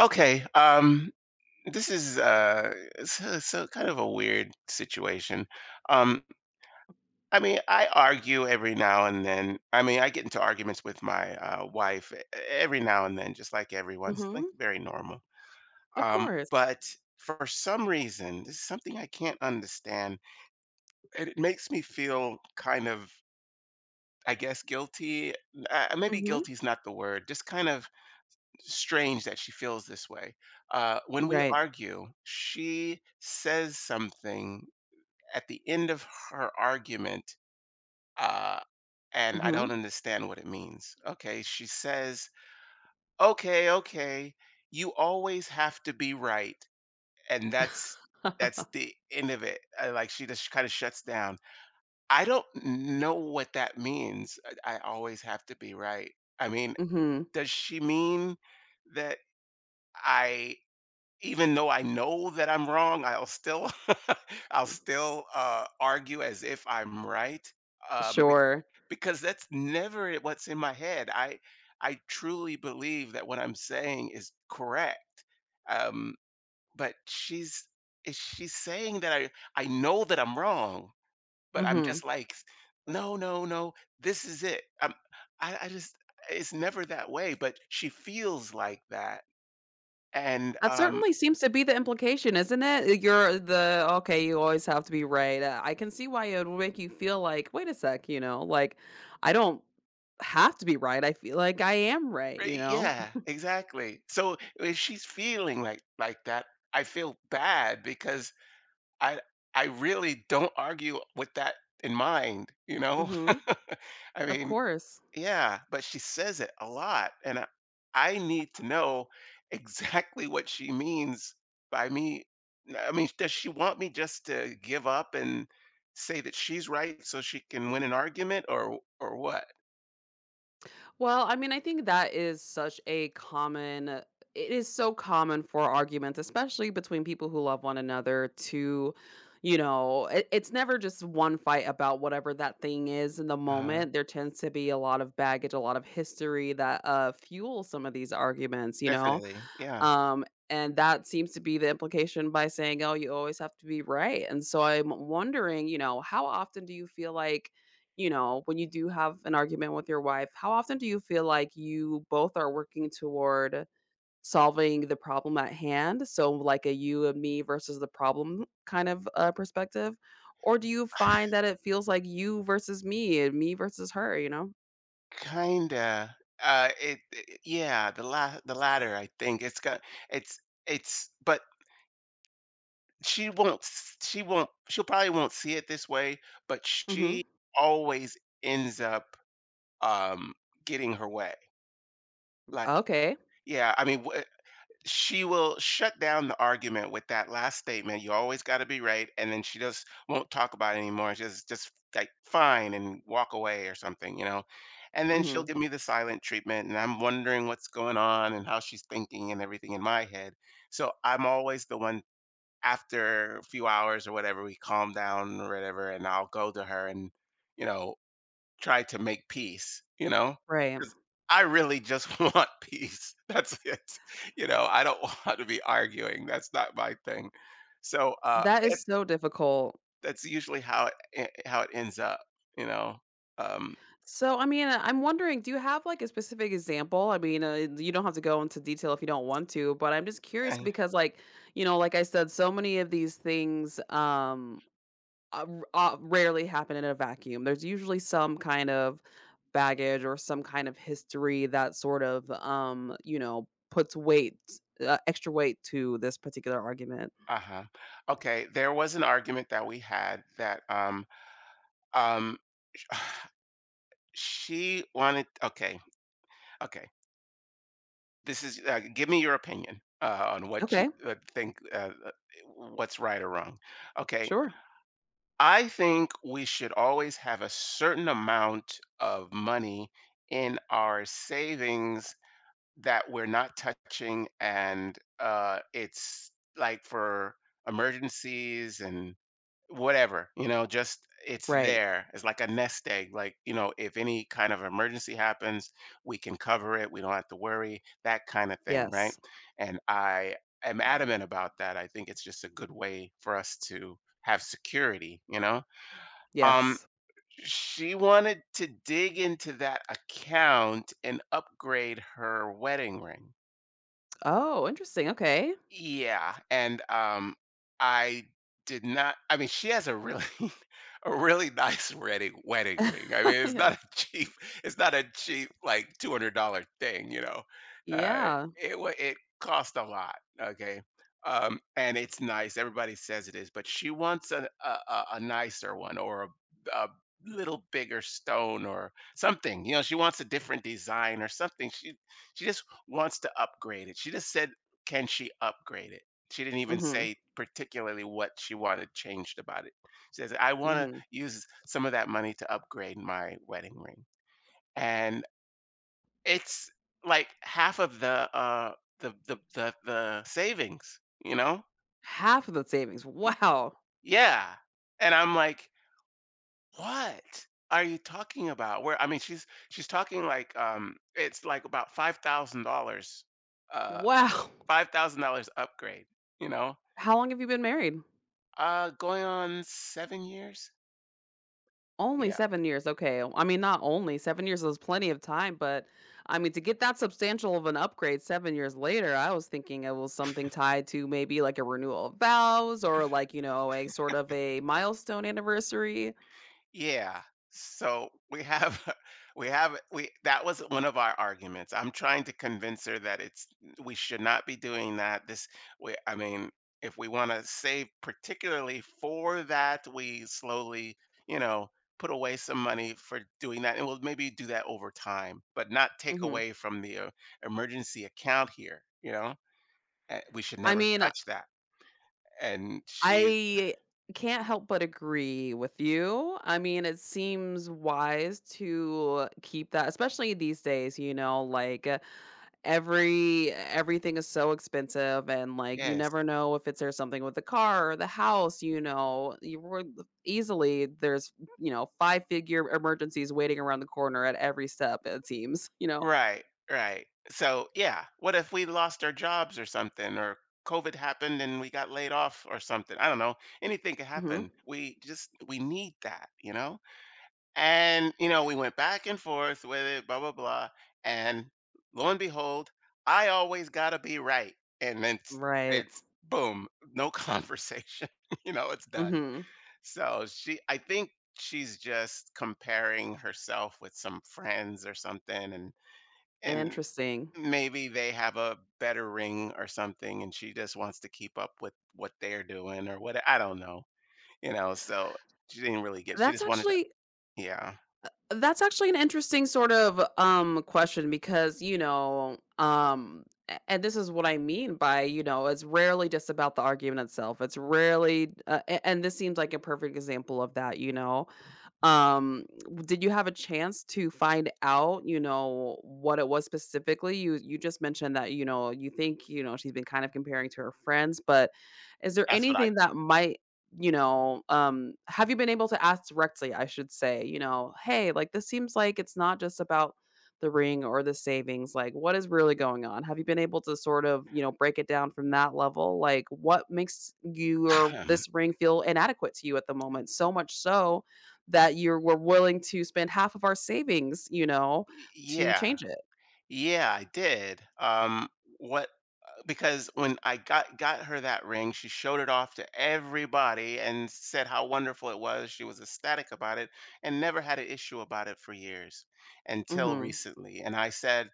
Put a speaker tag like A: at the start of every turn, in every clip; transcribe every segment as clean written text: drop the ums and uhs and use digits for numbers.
A: Okay. This is So kind of a weird situation. Um, I mean, I argue every now and then. I mean, I get into arguments with my wife every now and then, just like everyone's like
B: Mhm.
A: very normal.
B: Of
A: Um,
B: course.
A: but for some reason, this is something I can't understand. And it makes me feel kind of, I guess, guilty. Maybe
B: Mhm.
A: guilty is not the word. Just kind of strange that she feels this way. When we
B: Right.
A: argue, she says something at the end of her argument, uh, and I don't
B: Mhm.
A: understand what it means. Okay, she says, "Okay, okay, you always have to be right," and that's the end of it. Like she just kind of shuts down. I don't know what that means. I always have to be right. I mean,
B: Mhm.
A: does she mean that I? Even though I know that I'm wrong, I'll still I'll still, argue as if I'm right, be
B: Sure.
A: because that's never what's in my head. I truly believe that what I'm saying is correct, um, but she's saying that I know that I'm wrong, but I'm just
B: Mhm.
A: like, "No, no, no, this is it." I just It's never that way, but she feels like that, and,
B: That
A: um,
B: certainly seems to be the implication, isn't it? You're the okay, you always have to be right. I can see why it would make you feel like, "Wait a sec, you know, like, I don't have to be right. I feel like I am right," you
A: Right,
B: know?
A: yeah, exactly. So if she's feeling like that, I feel bad because I I really don't argue with that in mind, you know?
B: Mhm.
A: I
B: Of
A: mean,
B: course.
A: yeah, but she says it a lot, and I need to know exactly what she means by me. I mean, does she want me just to give up and say that she's right so she can win an argument or what?
B: Well, I mean, I think that is such a common it is so common for arguments, especially between people who love one another to you know, it's never just one fight about whatever that thing is in the
A: Uh,
B: moment. There tends to be a lot of baggage, a lot of history that fuels some of these arguments, you know.
A: definitely. Yeah.
B: And that seems to be the implication by saying, "Oh, you always have to be right." And so I'm wondering, you know, how often do you feel like, you know, when you do have an argument with your wife, how often do you feel like you both are working toward solving the problem at hand? So like a you and me versus the problem kind of perspective, or do you find that it feels like you versus me and me versus her? You know?
A: Kinda. It it Yeah, the la the latter, I think. It's got it's it's but she won't she'll probably won't see it this way, but
B: Mm-hmm.
A: she always ends up, um, getting her way. Like,
B: Okay.
A: yeah, I mean, wh she will shut down the argument with that last statement. You always got to be right, and then she just won't talk about it anymore. She's just like fine and walk away or something, you know. And then she'll
B: Mm-hmm.
A: give me the silent treatment, and I'm wondering what's going on and how she's thinking and everything in my head. So I'm always the one after a few hours or whatever we calm down or whatever, and I'll go to her and you know Try to make peace, you know,
B: Right.
A: because I really just want peace. That's it. You know, I don't want to be arguing. That's not my thing. So,
B: That
A: it
B: is so difficult.
A: that's usually how it ends up, you know? Um,
B: So, I mean, I'm wondering, do you have like a specific example? I mean, you don't have to go into detail if you don't want to, but I'm just curious
A: and
B: because, like, you know, like I said, so many of these things, r rarely happen in a vacuum. There's usually some kind of baggage or some kind of history that sort of, you know, puts weight, extra weight to this particular argument.
A: Uh-huh. Okay, there was an argument that we had that, um, she wanted, okay, okay. This is, give me your opinion, on what you,
B: Okay,
A: think, what's right or wrong. Okay,
B: sure.
A: I think we should always have a certain amount of money in our savings that we're not touching, and it's like for emergencies and whatever, you know, just it's
B: Right.
A: there. It's like a nest egg. Like, you know, if any kind of emergency happens, we can cover it. We don't have to worry, that kind of thing, right?
B: Yes.
A: And I am adamant about that. I think it's just a good way for us to have security, you know? Um,
B: Yes.
A: she wanted to dig into that account and upgrade her wedding ring.
B: Oh, interesting. Okay.
A: Yeah, and, I did not. I mean, she has a really a really nice wedding ring. I mean, it's not
B: Yeah.
A: a cheap it's not a cheap, like, $200 thing, you know? Uh,
B: Yeah.
A: it cost a lot, okay? And it's nice, everybody says it is, but she wants a nicer one or a little bigger stone or something, you know, she wants a different design or something. She just wants to upgrade it. She just said, can she upgrade it? She didn't even
B: Mhm,
A: say particularly what she wanted changed about it. She says, "I wanna
B: mhm.
A: use some of that money to upgrade my wedding ring." And it's like half of the, the savings, you know?
B: Half of the savings,
A: Y
B: wow,
A: yeah. And I'm like, "What are you talking about?" Where I mean, she's talking like, it's like about $5,000, uh,
B: wow.
A: $5,000 upgrade, you know?
B: How long have you been married?
A: Going on 7 years.
B: Only
A: Yeah,
B: 7 years, okay. I mean, not only, 7 years is plenty of time, but, I mean, to get that substantial of an upgrade 7 years later, I was thinking it was something tied to maybe, like, a renewal of vows or, like, you know, a sort of a milestone anniversary.
A: yeah. So we have, we have, we that was one of our arguments. I'm trying to convince her that it's we should not be doing that. I mean, if we want to save, particularly for that, we slowly, you know, put away some money for doing that, and we'll maybe do that over time, but not take
B: Mhm.
A: away from the emergency account here. You know, we should
B: I
A: never
B: mean
A: touch that. And she,
B: I can't help but agree with you. I mean, it seems wise to keep that especially these days, you know, like, everything is so expensive and, like, you
A: yes.
B: never know if it's there's something with the car or the house, you know, you would easily there's, you know, five-figure emergencies waiting around the corner at every step, it seems, you know?
A: Right, right. So, yeah, what if we lost our jobs or something, or COVID happened and we got laid off or something? I don't know. Anything could
B: Mhm.
A: happen. We need that, you know? And you know, we went back and forth with it, blah blah blah. And lo and behold, I always gotta be right. And then it's,
B: Right.
A: it's boom, no conversation. You know, it's done.
B: Mhm.
A: So she I think she's just comparing herself with some friends or something and
B: Interesting.
A: maybe they have a better ring or something, and she just wants to keep up with what they're doing or what, I don't know, you know. So she didn't really get, she
B: That's
A: just wanted to,
B: actually
A: yeah,
B: That's actually an interesting sort of, question because, you know, a and this is what I mean by, you know, it's rarely just about the argument itself. It's rarely, a and this seems like a perfect example of that, you know? W did you have a chance to find out, you know, what it was specifically? You just mentioned that, you know, you think, you know, she's been kind of comparing to her friends, but is there
A: that's what I.
B: anything that might, you know, have you been able to ask directly, I should say, you know, "Hey, like, this seems like it's not just about the ring or the savings, like, what is really going on?" Have you been able to sort of, you know, break it down from that level? Like, what makes you or this ring feel inadequate to you at the moment? So much so that you were willing to spend half of our savings, you know, to
A: Yeah.
B: change it.
A: Yeah, I did. What because when I got her that ring, she showed it off to everybody and said how wonderful it was, she was ecstatic about it and never had an issue about it for years until
B: Mhm,
A: recently, and I said,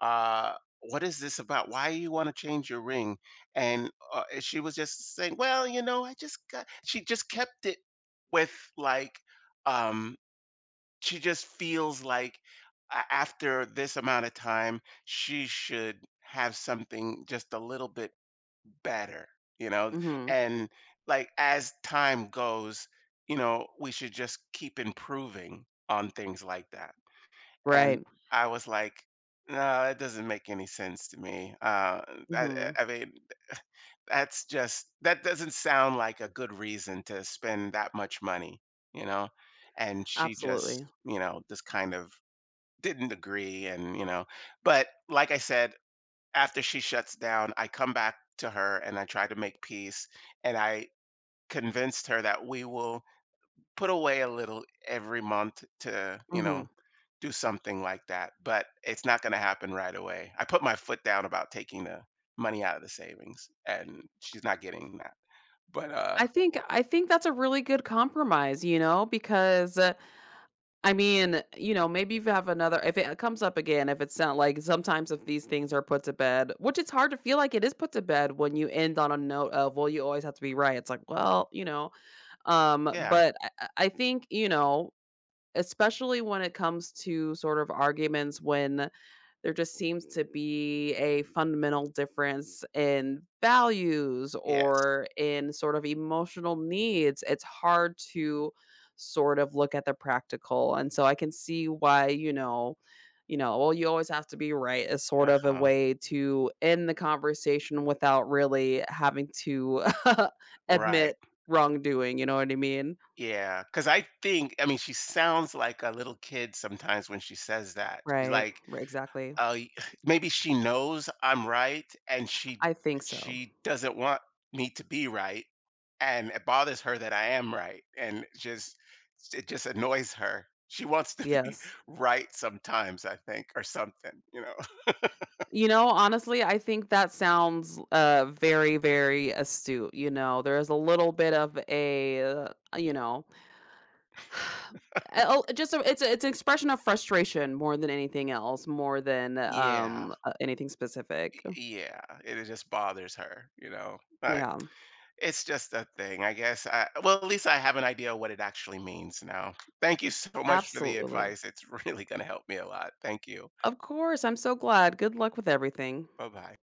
A: uh, what is this about? Why you want to change your ring? And she was just saying, well, you know, I just got, she just kept it with, like, um, she just feels like after this amount of time, she should have something just a little bit better, you know?
B: mhm.
A: And like, as time goes, you know, we should just keep improving on things like that. And
B: Right.
A: I was like, "No, that doesn't make any sense to me." Uh, I, I
B: Mhm.
A: I mean, that's just, that doesn't sound like a good reason to spend that much money, you know. And she
B: Absolutely.
A: just, you know, just kind of didn't agree, and you know. But like I said, after she shuts down, I come back to her and I try to make peace, and I convinced her that we will put away a little every month to, you know,
B: Mhm.
A: do something like that, but it's not going to happen right away. I put my foot down about taking the money out of the savings, and she's not getting that. But,
B: I think that's a really good compromise, you know, because, I mean, you know, maybe if you have another if it comes up again, if it's not like sometimes if these things are put to bed, which it's hard to feel like it is put to bed when you end on a note of, "Well, you always have to be right." It's like, well, you know,
A: yeah,
B: but I think, you know, especially when it comes to sort of arguments when there just seems to be a fundamental difference in values
A: yes,
B: or in sort of emotional needs, it's hard to sort of look at the practical. And so I can see why, you know, well, you always have to be right is sort of a
A: uh-huh,
B: way to end the conversation without really having to
A: right,
B: admit wrongdoing. You know what I mean?
A: yeah, because I think, I mean, she sounds like a little kid sometimes when she says that. She's
B: Right.
A: like,
B: Right. Exactly.
A: uh, y- maybe she knows I'm right and she
B: I think so.
A: she doesn't want me to be right and it bothers her that I am right and it just annoys her. She wants to be
B: Yes.
A: right sometimes, I think, or something, you know.
B: You know, honestly, I think that sounds, very, very astute, you know, there's a little bit of a, you know, oh, just a it's an expression of frustration more than anything else, more than,
A: Yeah.
B: anything specific.
A: Yeah. It just bothers her, you know. But
B: Yeah,
A: it's just a thing, I guess. Well, at least I have an idea what it actually means now. Thank you so much for the
B: absolutely.
A: advice. It's really going to help me a lot. Thank you.
B: Of course, I'm so glad. Good luck with everything.
A: Bye-bye.